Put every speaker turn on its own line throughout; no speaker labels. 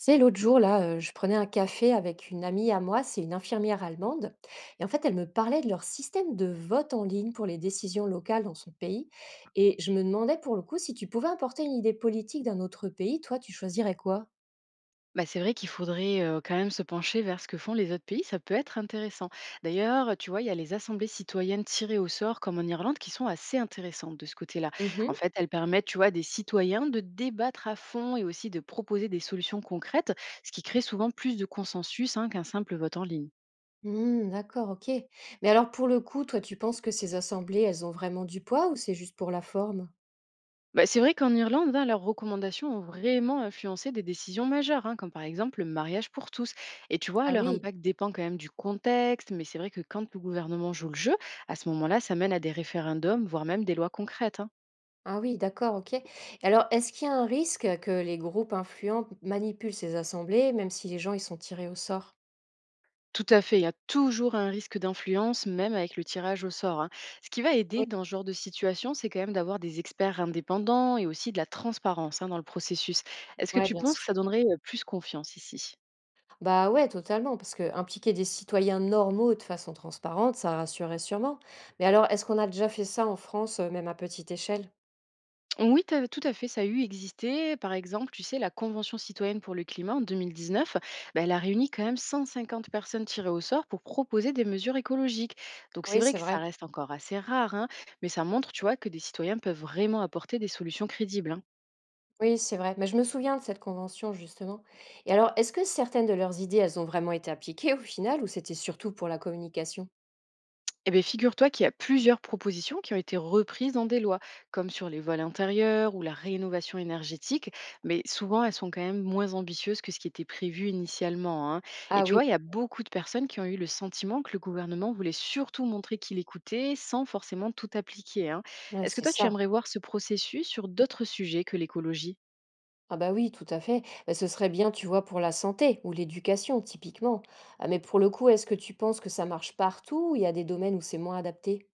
C'est l'autre jour, là, je prenais un café avec une amie à moi, c'est une infirmière allemande, et en fait, elle me parlait de leur système de vote en ligne pour les décisions locales dans son pays, et je me demandais pour le coup si tu pouvais importer une idée politique d'un autre pays, toi, tu choisirais quoi?
Bah, c'est vrai qu'il faudrait, quand même se pencher vers ce que font les autres pays, ça peut être intéressant. D'ailleurs, tu vois, il y a les assemblées citoyennes tirées au sort comme en Irlande qui sont assez intéressantes de ce côté-là. En
Mhm.
fait, elles permettent, tu vois, à des citoyens de débattre à fond et aussi de proposer des solutions concrètes, ce qui crée souvent plus de consensus, hein, qu'un simple vote en ligne.
Hmm, d'accord, ok. Mais alors pour le coup, toi, tu penses que ces assemblées, elles ont vraiment du poids ou c'est juste pour la forme?
Bah, c'est vrai qu'en Irlande, hein, leurs recommandations ont vraiment influencé des décisions majeures, hein, comme par exemple le mariage pour tous. Et tu vois,
Ah
leur
oui,
impact dépend quand même du contexte, mais c'est vrai que quand le gouvernement joue le jeu, à ce moment-là, ça mène à des référendums, voire même des lois concrètes, hein.
ah oui, d'accord, ok. Et alors, est-ce qu'il y a un risque que les groupes influents manipulent ces assemblées, même si les gens ils sont tirés au sort?
Tout à fait, il y a toujours un risque d'influence, même avec le tirage au sort, hein. Ce qui va aider dans ce genre de situation, c'est quand même d'avoir des experts indépendants et aussi de la transparence, hein, dans le processus. Est-ce que
Ouais,
tu
bien
penses que ça
sûr.
donnerait plus confiance ici?
Bah, ouais, totalement, parce que impliquer des citoyens normaux de façon transparente, ça rassurait sûrement. Mais alors, est-ce qu'on a déjà fait ça en France, même à petite échelle?
Oui, tu tout à fait, ça a eu existé. Par exemple, tu sais, la Convention citoyenne pour le climat en 2019, ben, elle a réuni quand même 150 personnes tirées au sort pour proposer des mesures écologiques. Donc c'est
Oui,
vrai
c'est
que ça
vrai.
reste encore assez rare, hein, mais ça montre, tu vois, que des citoyens peuvent vraiment apporter des solutions crédibles, hein.
Oui, c'est vrai. Mais je me souviens de cette convention, justement. Et alors, est-ce que certaines de leurs idées, elles ont vraiment été appliquées au final, ou c'était surtout pour la communication?
Eh bien, figure-toi qu'il y a plusieurs propositions qui ont été reprises dans des lois, comme sur les vols intérieurs ou la rénovation énergétique, mais souvent elles sont quand même moins ambitieuses que ce qui était prévu initialement, hein. Et
Ah
tu
oui,
vois, il y a beaucoup de personnes qui ont eu le sentiment que le gouvernement voulait surtout montrer qu'il écoutait sans forcément tout appliquer, hein.
ouais,
Est-ce que
c'est
toi, tu
ça.
aimerais voir ce processus sur d'autres sujets que l'écologie?
Ah bah oui, tout à fait. Bah, ce serait bien, tu vois, pour la santé ou l'éducation, typiquement. Ah, mais pour le coup, est-ce que tu penses que ça marche partout ou il y a des domaines où c'est moins adapté?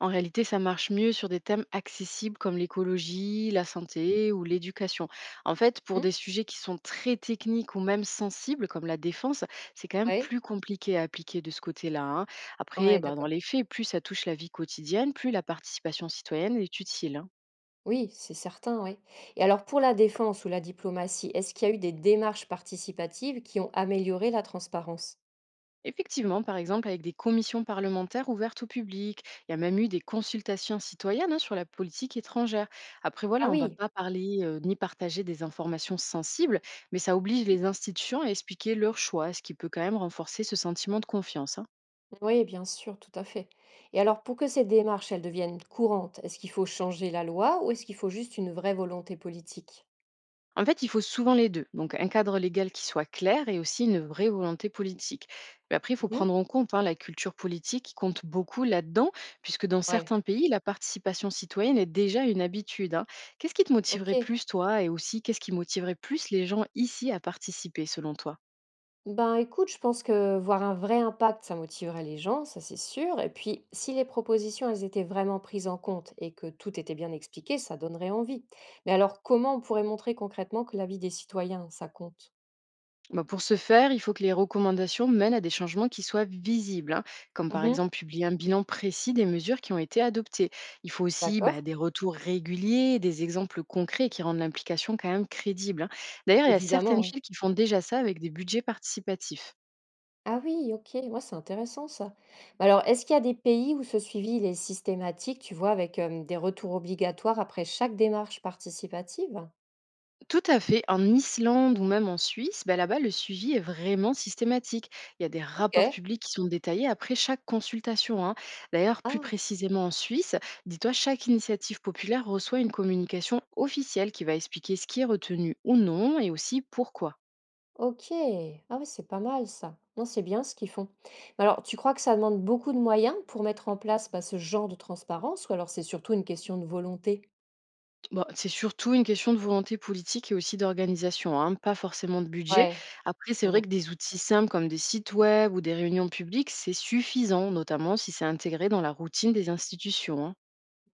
En réalité, ça marche mieux sur des thèmes accessibles comme l'écologie, la santé ou l'éducation. En fait, pour
Hmm?
des sujets qui sont très techniques ou même sensibles comme la défense, c'est quand même
Ouais.
plus compliqué à appliquer de ce côté-là, hein. Après, eh
Ouais,
ben, dans
d'accord.
les faits, plus ça touche la vie quotidienne, plus la participation citoyenne est utile, hein.
Oui, c'est certain, oui. Et alors pour la défense ou la diplomatie, est-ce qu'il y a eu des démarches participatives qui ont amélioré la transparence?
Effectivement, par exemple, avec des commissions parlementaires ouvertes au public. Il y a même eu des consultations citoyennes, hein, sur la politique étrangère. Après,
Ah
voilà, on ne va
oui,
pas parler ni partager des informations sensibles, mais ça oblige les institutions à expliquer leurs choix, ce qui peut quand même renforcer ce sentiment de confiance, hein.
oui, bien sûr, tout à fait. Et alors pour que ces démarches, elles deviennent courantes, est-ce qu'il faut changer la loi ou est-ce qu'il faut juste une vraie volonté politique?
En fait, il faut souvent les deux. Donc, un cadre légal qui soit clair et aussi une vraie volonté politique. Mais après, il faut
Mhm.
prendre en compte, hein, la culture politique qui compte beaucoup là-dedans, puisque dans
Ouais,
certains pays, la participation citoyenne est déjà une habitude, hein. Qu'est-ce qui te
ok.
motiverait plus, toi, et aussi qu'est-ce qui motiverait plus les gens ici à participer, selon toi?
Ben écoute, je pense que voir un vrai impact, ça motiverait les gens, ça c'est sûr. Et puis, si les propositions, elles étaient vraiment prises en compte et que tout était bien expliqué, ça donnerait envie. Mais alors, comment on pourrait montrer concrètement que l'avis des citoyens, ça compte?
Bah, pour ce faire, il faut que les recommandations mènent à des changements qui soient visibles, hein, comme par
Mhm.
exemple publier un bilan précis des mesures qui ont été adoptées. Il faut aussi
D'accord?
bah, des retours réguliers, des exemples concrets qui rendent l'implication quand même crédible, hein. D'ailleurs, il y a certaines
Évidemment, ouais.
villes qui font déjà ça avec des budgets participatifs.
Ah oui, ok, moi c'est intéressant ça. Mais alors, est-ce qu'il y a des pays où ce suivi il est systématique, tu vois, avec des retours obligatoires après chaque démarche participative?
Tout à fait. En Islande ou même en Suisse, bah, là-bas, le suivi est vraiment systématique. Il y a des rapports
Ok.
publics qui sont détaillés après chaque consultation, hein. D'ailleurs, plus
Ah.
précisément en Suisse, dis-toi, chaque initiative populaire reçoit une communication officielle qui va expliquer ce qui est retenu ou non et aussi pourquoi.
OK. Ah ouais, c'est pas mal ça. Non, c'est bien ce qu'ils font. Mais alors, tu crois que ça demande beaucoup de moyens pour mettre en place bah, ce genre de transparence ou alors c'est surtout une question de volonté?
Bon, c'est surtout une question de volonté politique et aussi d'organisation, hein, pas forcément de budget.
Ouais.
Après, c'est vrai
Mm,
que des outils simples comme des sites web ou des réunions publiques, c'est suffisant, notamment si c'est intégré dans la routine des institutions, hein.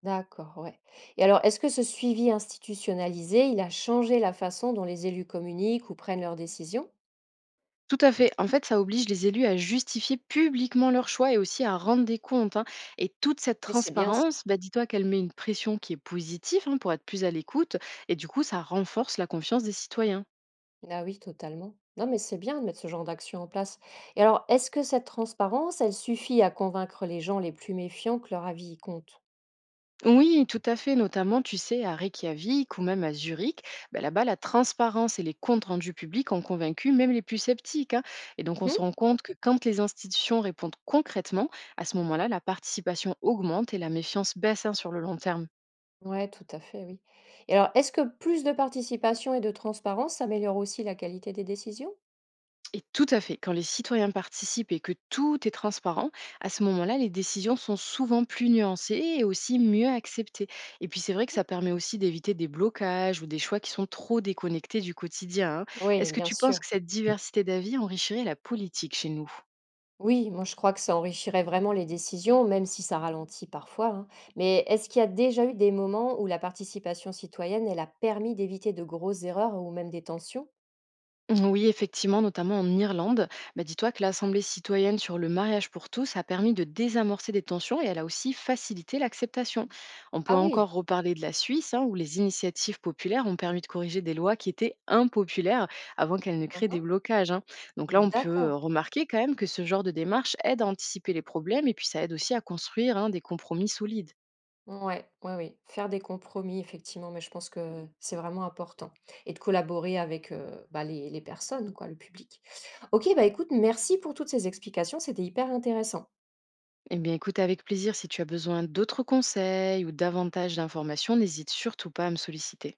d'accord, ouais. Et alors, est-ce que ce suivi institutionnalisé, il a changé la façon dont les élus communiquent ou prennent leurs décisions?
Tout à fait. En fait, ça oblige les élus à justifier publiquement leurs choix et aussi à rendre des comptes, hein. Et toute cette
Oui, c'est bien ça.
transparence, bah, dis-toi qu'elle met une pression qui est positive, hein, pour être plus à l'écoute. Et du coup, ça renforce la confiance des citoyens.
Ah oui, totalement. Non, mais c'est bien de mettre ce genre d'action en place. Et alors, est-ce que cette transparence, elle suffit à convaincre les gens les plus méfiants que leur avis y compte?
Oui, tout à fait. Notamment, tu sais, à Reykjavik ou même à Zurich, bah, là-bas, la transparence et les comptes rendus publics ont convaincu même les plus sceptiques, hein. Et donc, on se rend compte que quand les institutions répondent concrètement, à ce moment-là, la participation augmente et la méfiance baisse, hein, sur le long terme.
Ouais, tout à fait, oui. Et alors, est-ce que plus de participation et de transparence améliore aussi la qualité des décisions?
Et tout à fait, quand les citoyens participent et que tout est transparent, à ce moment-là, les décisions sont souvent plus nuancées et aussi mieux acceptées. Et puis c'est vrai que ça permet aussi d'éviter des blocages ou des choix qui sont trop déconnectés du quotidien, hein.
Oui,
Est-ce que
bien
tu penses
sûr.
que cette diversité d'avis enrichirait la politique chez nous?
Oui, moi je crois que ça enrichirait vraiment les décisions, même si ça ralentit parfois, hein. Mais est-ce qu'il y a déjà eu des moments où la participation citoyenne, elle a permis d'éviter de grosses erreurs ou même des tensions?
Oui, effectivement, notamment en Irlande. Bah, dis-toi que l'Assemblée citoyenne sur le mariage pour tous a permis de désamorcer des tensions et elle a aussi facilité l'acceptation. On peut
Ah oui,
encore reparler de la Suisse, hein, où les initiatives populaires ont permis de corriger des lois qui étaient impopulaires avant qu'elles ne créent des
uhum.
blocages, hein. Donc là, on peut
D'accord.
remarquer quand même que ce genre de démarche aide à anticiper les problèmes et puis ça aide aussi à construire, hein, des compromis solides.
Ouais, ouais, oui. Faire des compromis, effectivement, mais je pense que c'est vraiment important. Et de collaborer avec bah, les personnes, quoi, le public. Ok, bah écoute, merci pour toutes ces explications, c'était hyper intéressant.
Eh bien, écoute avec plaisir, si tu as besoin d'autres conseils ou davantage d'informations, n'hésite surtout pas à me solliciter.